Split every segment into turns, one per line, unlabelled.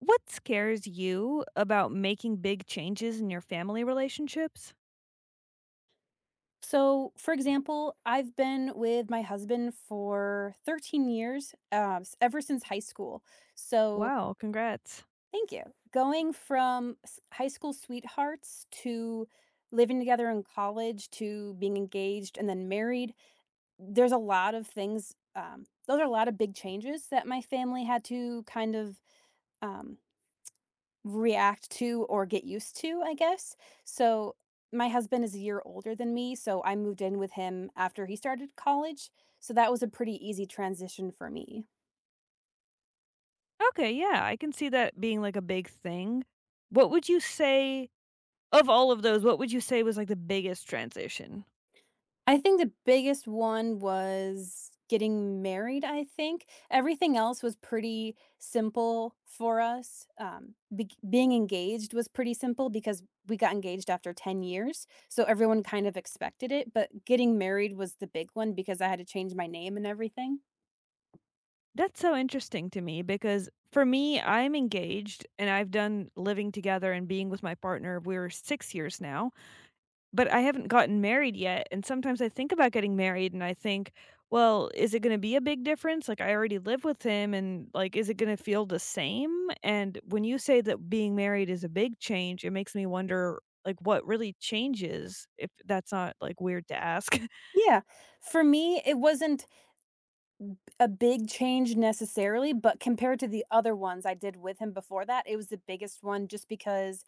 What scares you about making big changes in your family relationships?
So, for example, I've been with my husband for 13 years, ever since high school. So,
Wow, congrats.
thank you. Going from high school sweethearts to living together in college to being engaged and then married, there's a lot of things. Those are a lot of big changes that my family had to kind of um, react to or get used to, I guess. So my husband is a year older than me, so I moved in with him after he started college. So that was a pretty easy transition for me.
Okay, yeah, I can see that being like a big thing. What would you say of all of those, what would you say was like the biggest transition?
I think the biggest one was getting married, I think. Everything else was pretty simple for us. Being engaged was pretty simple because we got engaged after 10 years. So everyone kind of expected it. But getting married was the big one because I had to change my name and everything.
That's so interesting to me because for me, I'm engaged and I've done living together and being with my partner. We're 6 years now. But I haven't gotten married yet, and sometimes I think about getting married and I think, "Well, is it gonna be a big difference? Like, I already live with him and, like, is it gonna feel the same?" And when you say that being married is a big change, it makes me wonder, like, what really changes, if that's not, like, weird to ask.
Yeah. For me, it wasn't a big change necessarily, but compared to the other ones I did with him before that, it was the biggest one just because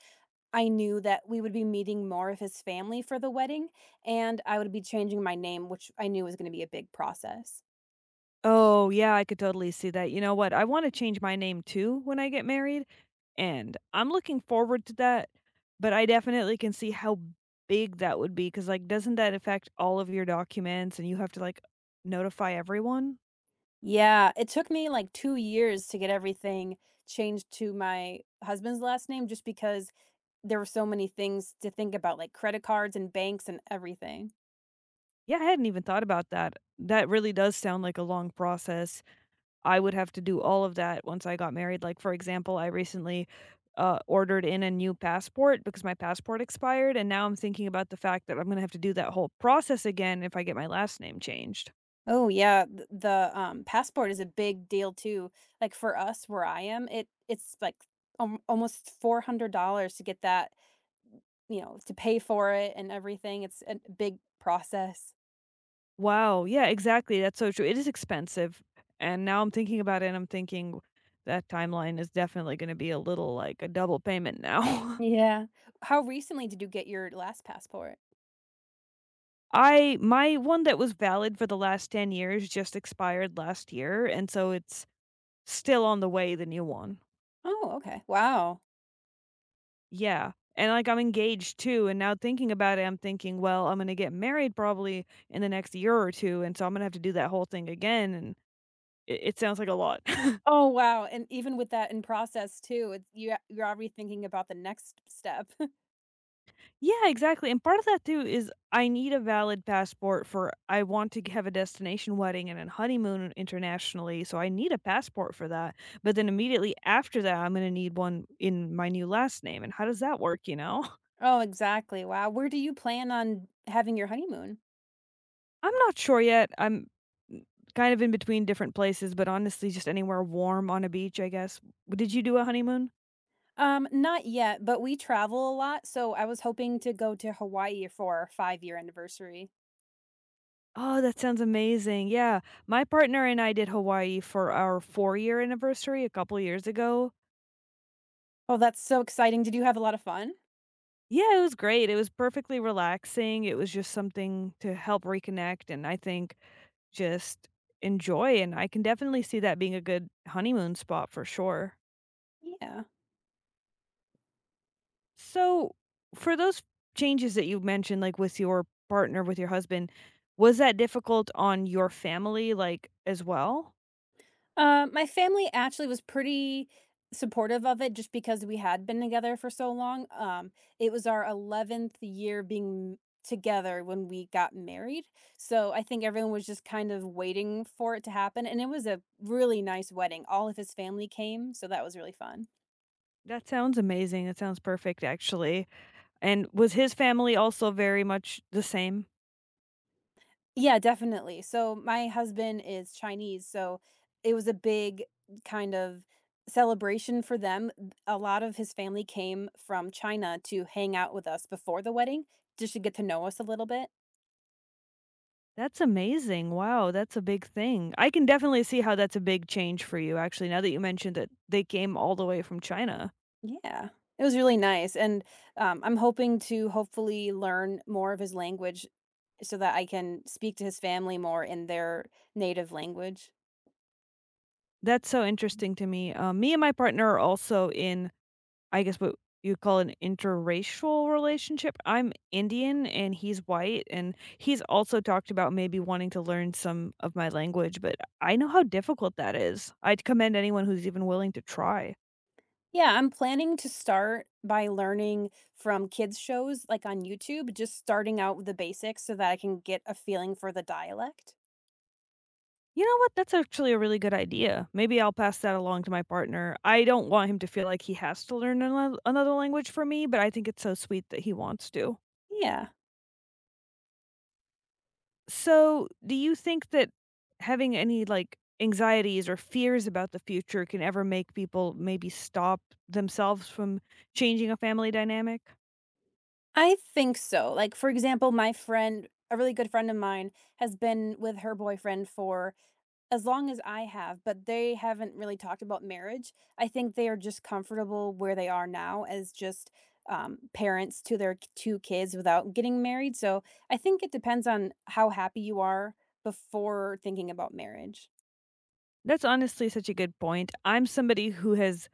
I knew that we would be meeting more of his family for the wedding, and I would be changing my name, which I knew was gonna be a big process.
Oh, yeah, I could totally see that. You know what? I wanna change my name too when I get married, and I'm looking forward to that, but I definitely can see how big that would be, because like, doesn't that affect all of your documents and you have to, like, notify everyone?
Yeah, it took me like 2 years to get everything changed to my husband's last name just because there were so many things to think about, like credit cards and banks and everything.
Yeah, I hadn't even thought about that. That really does sound like a long process. I would have to do all of that once I got married. Like, for example, I recently, ordered in a new passport because my passport expired, and now I'm thinking about the fact that I'm gonna have to do that whole process again if I get my last name changed.
Oh yeah, th the, passport is a big deal too. Like, for us where I am, it's like al almost $400 to get that, to pay for it and everything. It's a big process.
Wow, yeah, exactly, that's so true, it is expensive, and now I'm thinking about it, and I'm thinking that timeline is definitely gonna be a little like a double payment now.
Yeah. How recently did you get your last passport?
I my one that was valid for the last 10 years just expired last year, and so it's still on the way, the new one.
Oh, okay. Wow.
Yeah, and, like, I'm engaged too, and now thinking about it, I'm thinking, well, I'm gonna get married probably in the next year or 2, and so I'm gonna have to do that whole thing again, and it sounds like a lot.
Oh, wow, and even with that in process too, it's you're already thinking about the next step.
Yeah, exactly, and part of that too is I need a valid passport for I want to have a destination wedding and an honeymoon internationally, so I need a passport for that, but then immediately after that, I'm gonna need one in my new last name, and how does that work, you know?
Oh, exactly. Wow. Where do you plan on having your honeymoon?
I'm not sure yet. I'm kind of in between different places, but honestly, just anywhere warm on a beach, I guess. Did you do a honeymoon?
Not yet, but we travel a lot, so I was hoping to go to Hawaii for our 5-year anniversary.
Oh, that sounds amazing. Yeah. My partner and I did Hawaii for our four-year anniversary a couple years ago.
Oh, that's so exciting. Did you have a lot of fun?
Yeah, it was great. It was perfectly relaxing. It was just something to help reconnect, and I think just enjoy, and I can definitely see that being a good honeymoon spot for sure.
Yeah.
So, for those changes that you mentioned, like with your partner, with your husband, was that difficult on your family, like as well?
My family actually was pretty supportive of it just because we had been together for so long. It was our 11th year being together when we got married. So I think everyone was just kind of waiting for it to happen. And it was a really nice wedding. All of his family came, so that was really fun.
That sounds amazing. That sounds perfect, actually. And was his family also very much the same?
Yeah, definitely. So my husband is Chinese, so it was a big kind of celebration for them. A lot of his family came from China to hang out with us before the wedding, just to get to know us a little bit.
That's amazing. Wow, that's a big thing. I can definitely see how that's a big change for you, actually, now that you mentioned that they came all the way from China.
Yeah. It was really nice. And I'm hoping to hopefully learn more of his language so that I can speak to his family more in their native language.
That's so interesting to me. Me and my partner are also in I guess what you call an interracial relationship. I'm Indian and he's white, and he's also talked about maybe wanting to learn some of my language, but I know how difficult that is. I'd commend anyone who's even willing to try.
Yeah, I'm planning to start by learning from kids shows like on YouTube, just starting out with the basics so that I can get a feeling for the dialect.
You know what? That's actually a really good idea. Maybe I'll pass that along to my partner. I don't want him to feel like he has to learn another language for me, but I think it's so sweet that he wants to.
Yeah,
So, do you think that having any, like, anxieties or fears about the future can ever make people maybe stop themselves from changing a family dynamic?
I think so. Like for example, my friend, a really good friend of mine has been with her boyfriend for as long as I have, but they haven't really talked about marriage. I think they are just comfortable where they are now as just, parents to their k 2 kids without getting married, so I think it depends on how happy you are before thinking about marriage.
That's honestly such a good point. I'm somebody who has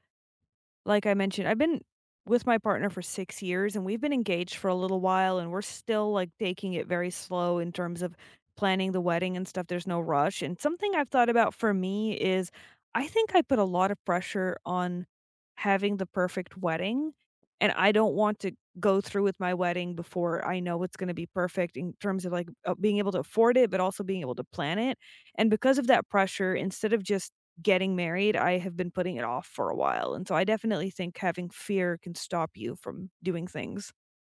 like I mentioned, I've been with my partner for 6 years, and we've been engaged for a little while, and we're still, like, taking it very slow in terms of planning the wedding and stuff, there's no rush, and something I've thought about for me is I think I put a lot of pressure on having the perfect wedding, and I don't want to go through with my wedding before I know it's gonna be perfect in terms of, like, being able to afford it, but also being able to plan it, and because of that pressure, instead of just getting married, I have been putting it off for a while, and so I definitely think having fear can stop you from doing things.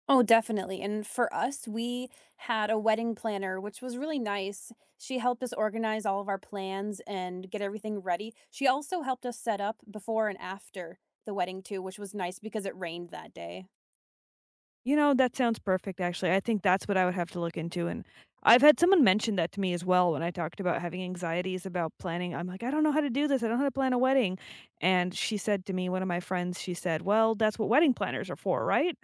Oh, definitely. And for us, we had a wedding planner, which was really nice. She helped us organize all of our plans and get everything ready. She also helped us set up before and after the wedding too, which was nice because it rained that day.
You know, that sounds perfect, actually. I think that's what I would have to look into, and I've had someone mention that to me as well when I talked about having anxieties about planning. I'm like, "I don't know how to do this. I don't know how to plan a wedding." And she said to me, one of my friends, she said, "Well, that's what wedding planners are for, right?"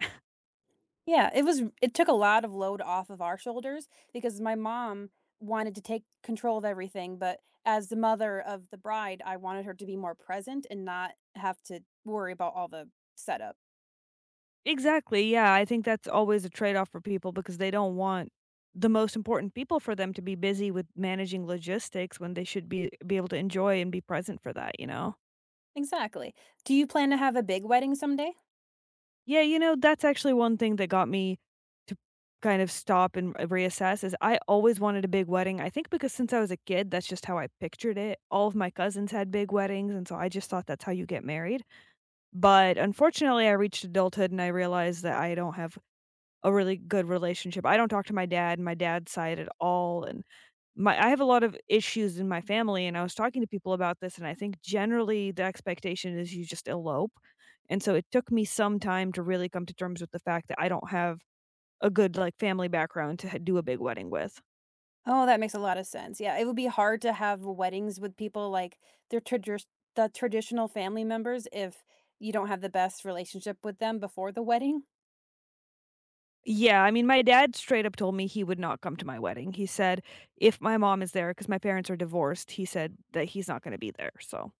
Yeah, it took a lot of load off of our shoulders because my mom wanted to take control of everything, but as the mother of the bride, I wanted her to be more present and not have to worry about all the setup.
Exactly, yeah, I think that's always a trade-off for people because they don't want the most important people for them to be busy with managing logistics when they should be able to enjoy and be present for that, you know?
Exactly. Do you plan to have a big wedding someday?
Yeah, you know, that's actually one thing that got me to kind of stop and reassess is I always wanted a big wedding. I think because since I was a kid, that's just how I pictured it. All of my cousins had big weddings, and so I just thought that's how you get married. But unfortunately, I reached adulthood and I realized that I don't have a really good relationship. I don't talk to my dad, my dad's side at all, and my I have a lot of issues in my family, and I was talking to people about this, and I think generally the expectation is you just elope. And so it took me some time to really come to terms with the fact that I don't have a good, like, family background to h do a big wedding with.
Oh, that makes a lot of sense. Yeah, it would be hard to have weddings with people like their tradi- the traditional family members if you don't have the best relationship with them before the wedding.
Yeah, I mean, my dad straight up told me he would not come to my wedding. He said if my mom is there, because my parents are divorced, he said that he's not gonna be there, so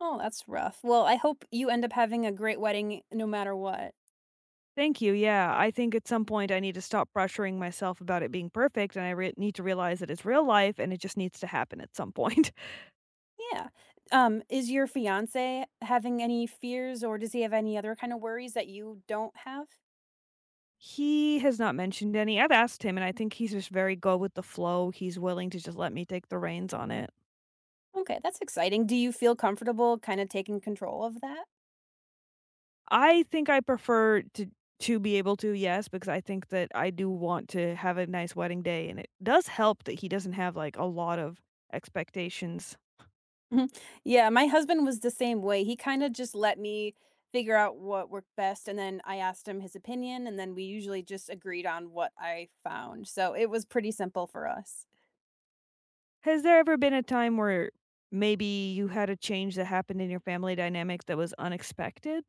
Oh, that's rough. Well, I hope you end up having a great wedding no matter what.
thank you. Yeah, I think at some point I need to stop pressuring myself about it being perfect, and I need to realize that it's real life and it just needs to happen at some point.
Yeah. Is your fiance having any fears, or does he have any other kind of worries that you don't have?
He has not mentioned any. I've asked him, and I think he's just very go with the flow. He's willing to just let me take the reins on it.
Okay, that's exciting. Do you feel comfortable kind of taking control of that?
I think I prefer to be able to, yes, because I think that I do want to have a nice wedding day, and it does help that he doesn't have like a lot of expectations.
Mhm. Yeah, my husband was the same way. He kinda just let me figure out what worked best, and then I asked him his opinion, and then we usually just agreed on what I found, so it was pretty simple for us.
Has there ever been a time where maybe you had a change that happened in your family dynamic that was unexpected?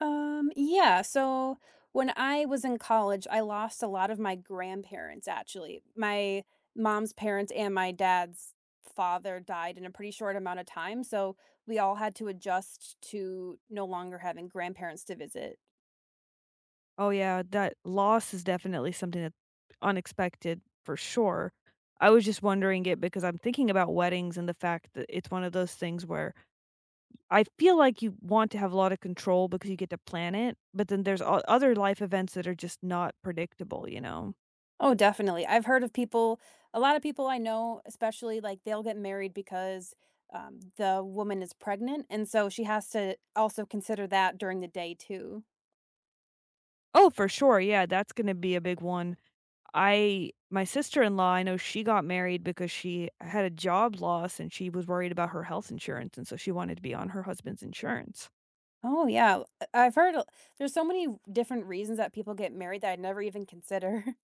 Yeah, so when I was in college, I lost a lot of my grandparents, actually. My mom's parents and my dad's father died in a pretty short amount of time, so we all had to adjust to no longer having grandparents to visit.
Oh, yeah, that loss is definitely something that unexpected for sure. I was just wondering it because I'm thinking about weddings and the fact that it's one of those things where I feel like you want to have a lot of control because you get to plan it, but then there's other life events that are just not predictable, you know?
Oh, definitely. I've heard of people a lot of people I know, especially, like, they'll get married because, the woman is pregnant, and so she has to also consider that during the day too.
Oh, for sure. Yeah, that's going to be a big one. I, my sister in law, I know she got married because she had a job loss and she was worried about her health insurance. And so she wanted to be on her husband's insurance.
Oh, yeah. I've heard a there's so many different reasons that people get married that I'd never even consider.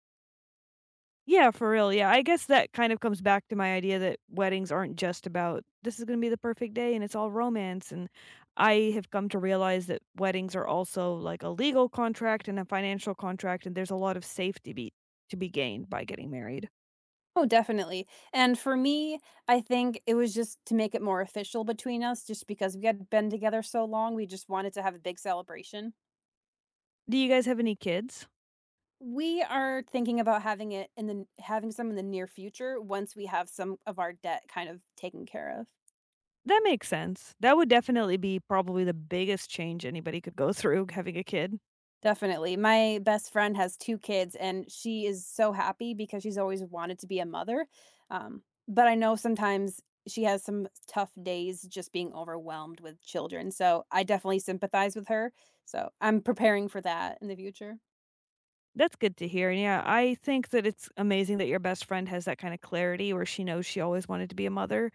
Yeah, for real, yeah, I guess that kind of comes back to my idea that weddings aren't just about, "This is gonna be the perfect day, and it's all romance," and I have come to realize that weddings are also, like, a legal contract and a financial contract, and there's a lot of safety be to be gained by getting married.
Oh, definitely. And for me, I think it was just to make it more official between us just because we had been together so long, we just wanted to have a big celebration.
Do you guys have any kids?
We are thinking about having some in the near future once we have some of our debt kind of taken care of.
That makes sense. That would definitely be probably the biggest change anybody could go through, having a kid.
Definitely. My best friend has 2 kids, and she is so happy because she's always wanted to be a mother, but I know sometimes she has some tough days just being overwhelmed with children, so I definitely sympathize with her, so I'm preparing for that in the future.
That's good to hear, and yeah, I think that it's amazing that your best friend has that kinda clarity where she knows she always wanted to be a mother,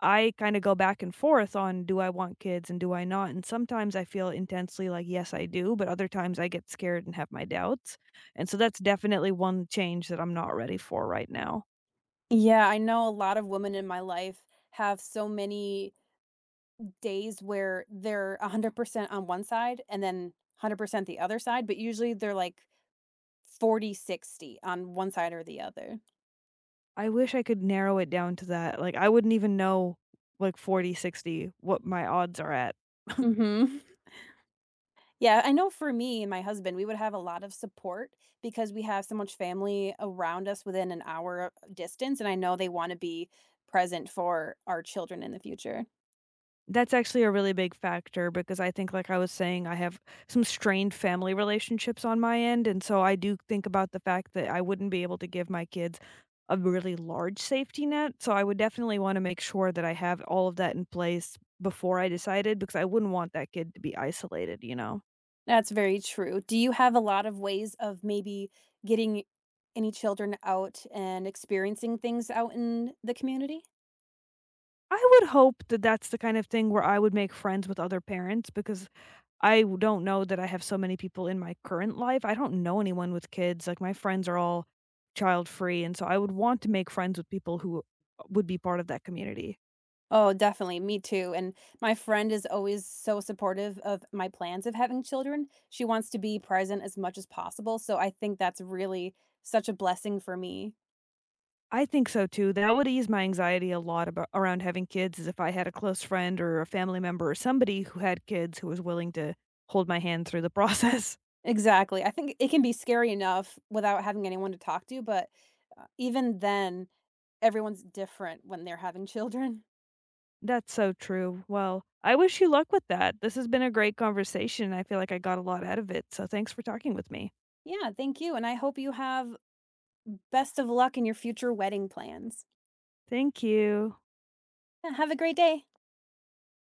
I kinda go back and forth on do I want kids and do I not, and sometimes I feel intensely like, yes, I do, but other times I get scared and have my doubts, and so that's definitely one change that I'm not ready for right now.
Yeah, I know a lot of women in my life have so many days where they're 100% on one side and then 100% the other side, but usually they're like 40/60 on one side or the other.
I wish I could narrow it down to that, like, I wouldn't even know, like, 40, 60, what my odds are at.
Mhm. Yeah, I know for me and my husband, we would have a lot of support because we have so much family around us within an hour distance, and I know they wanna be present for our children in the future.
That's actually a really big factor because I think, like I was saying, I have some strained family relationships on my end. And so I do think about the fact that I wouldn't be able to give my kids a really large safety net. So I would definitely want to make sure that I have all of that in place before I decided because I wouldn't want that kid to be isolated, you know?
That's very true. Do you have a lot of ways of maybe getting any children out and experiencing things out in the community?
I would hope that that's the kind of thing where I would make friends with other parents because I w don't know that I have so many people in my current life. I don't know anyone with kids, like, my friends are all child free, and so I would want to make friends with people who would be part of that community.
Oh, definitely. Me too. And my friend is always so supportive of my plans of having children. She wants to be present as much as possible. So I think that's really such a blessing for me.
I think so too. That would ease my anxiety a lot about around having kids is if I had a close friend or a family member or somebody who had kids who was willing to hold my hand through the process.
Exactly. I think it can be scary enough without having anyone to talk to, but even then, everyone's different when they're having children.
That's so true. Well, I wish you luck with that. This has been a great conversation. I feel like I got a lot out of it, so thanks for talking with me.
Yeah, thank you. And I hope you have best of luck in your future wedding plans.
Thank you.
Yeah, have a great day.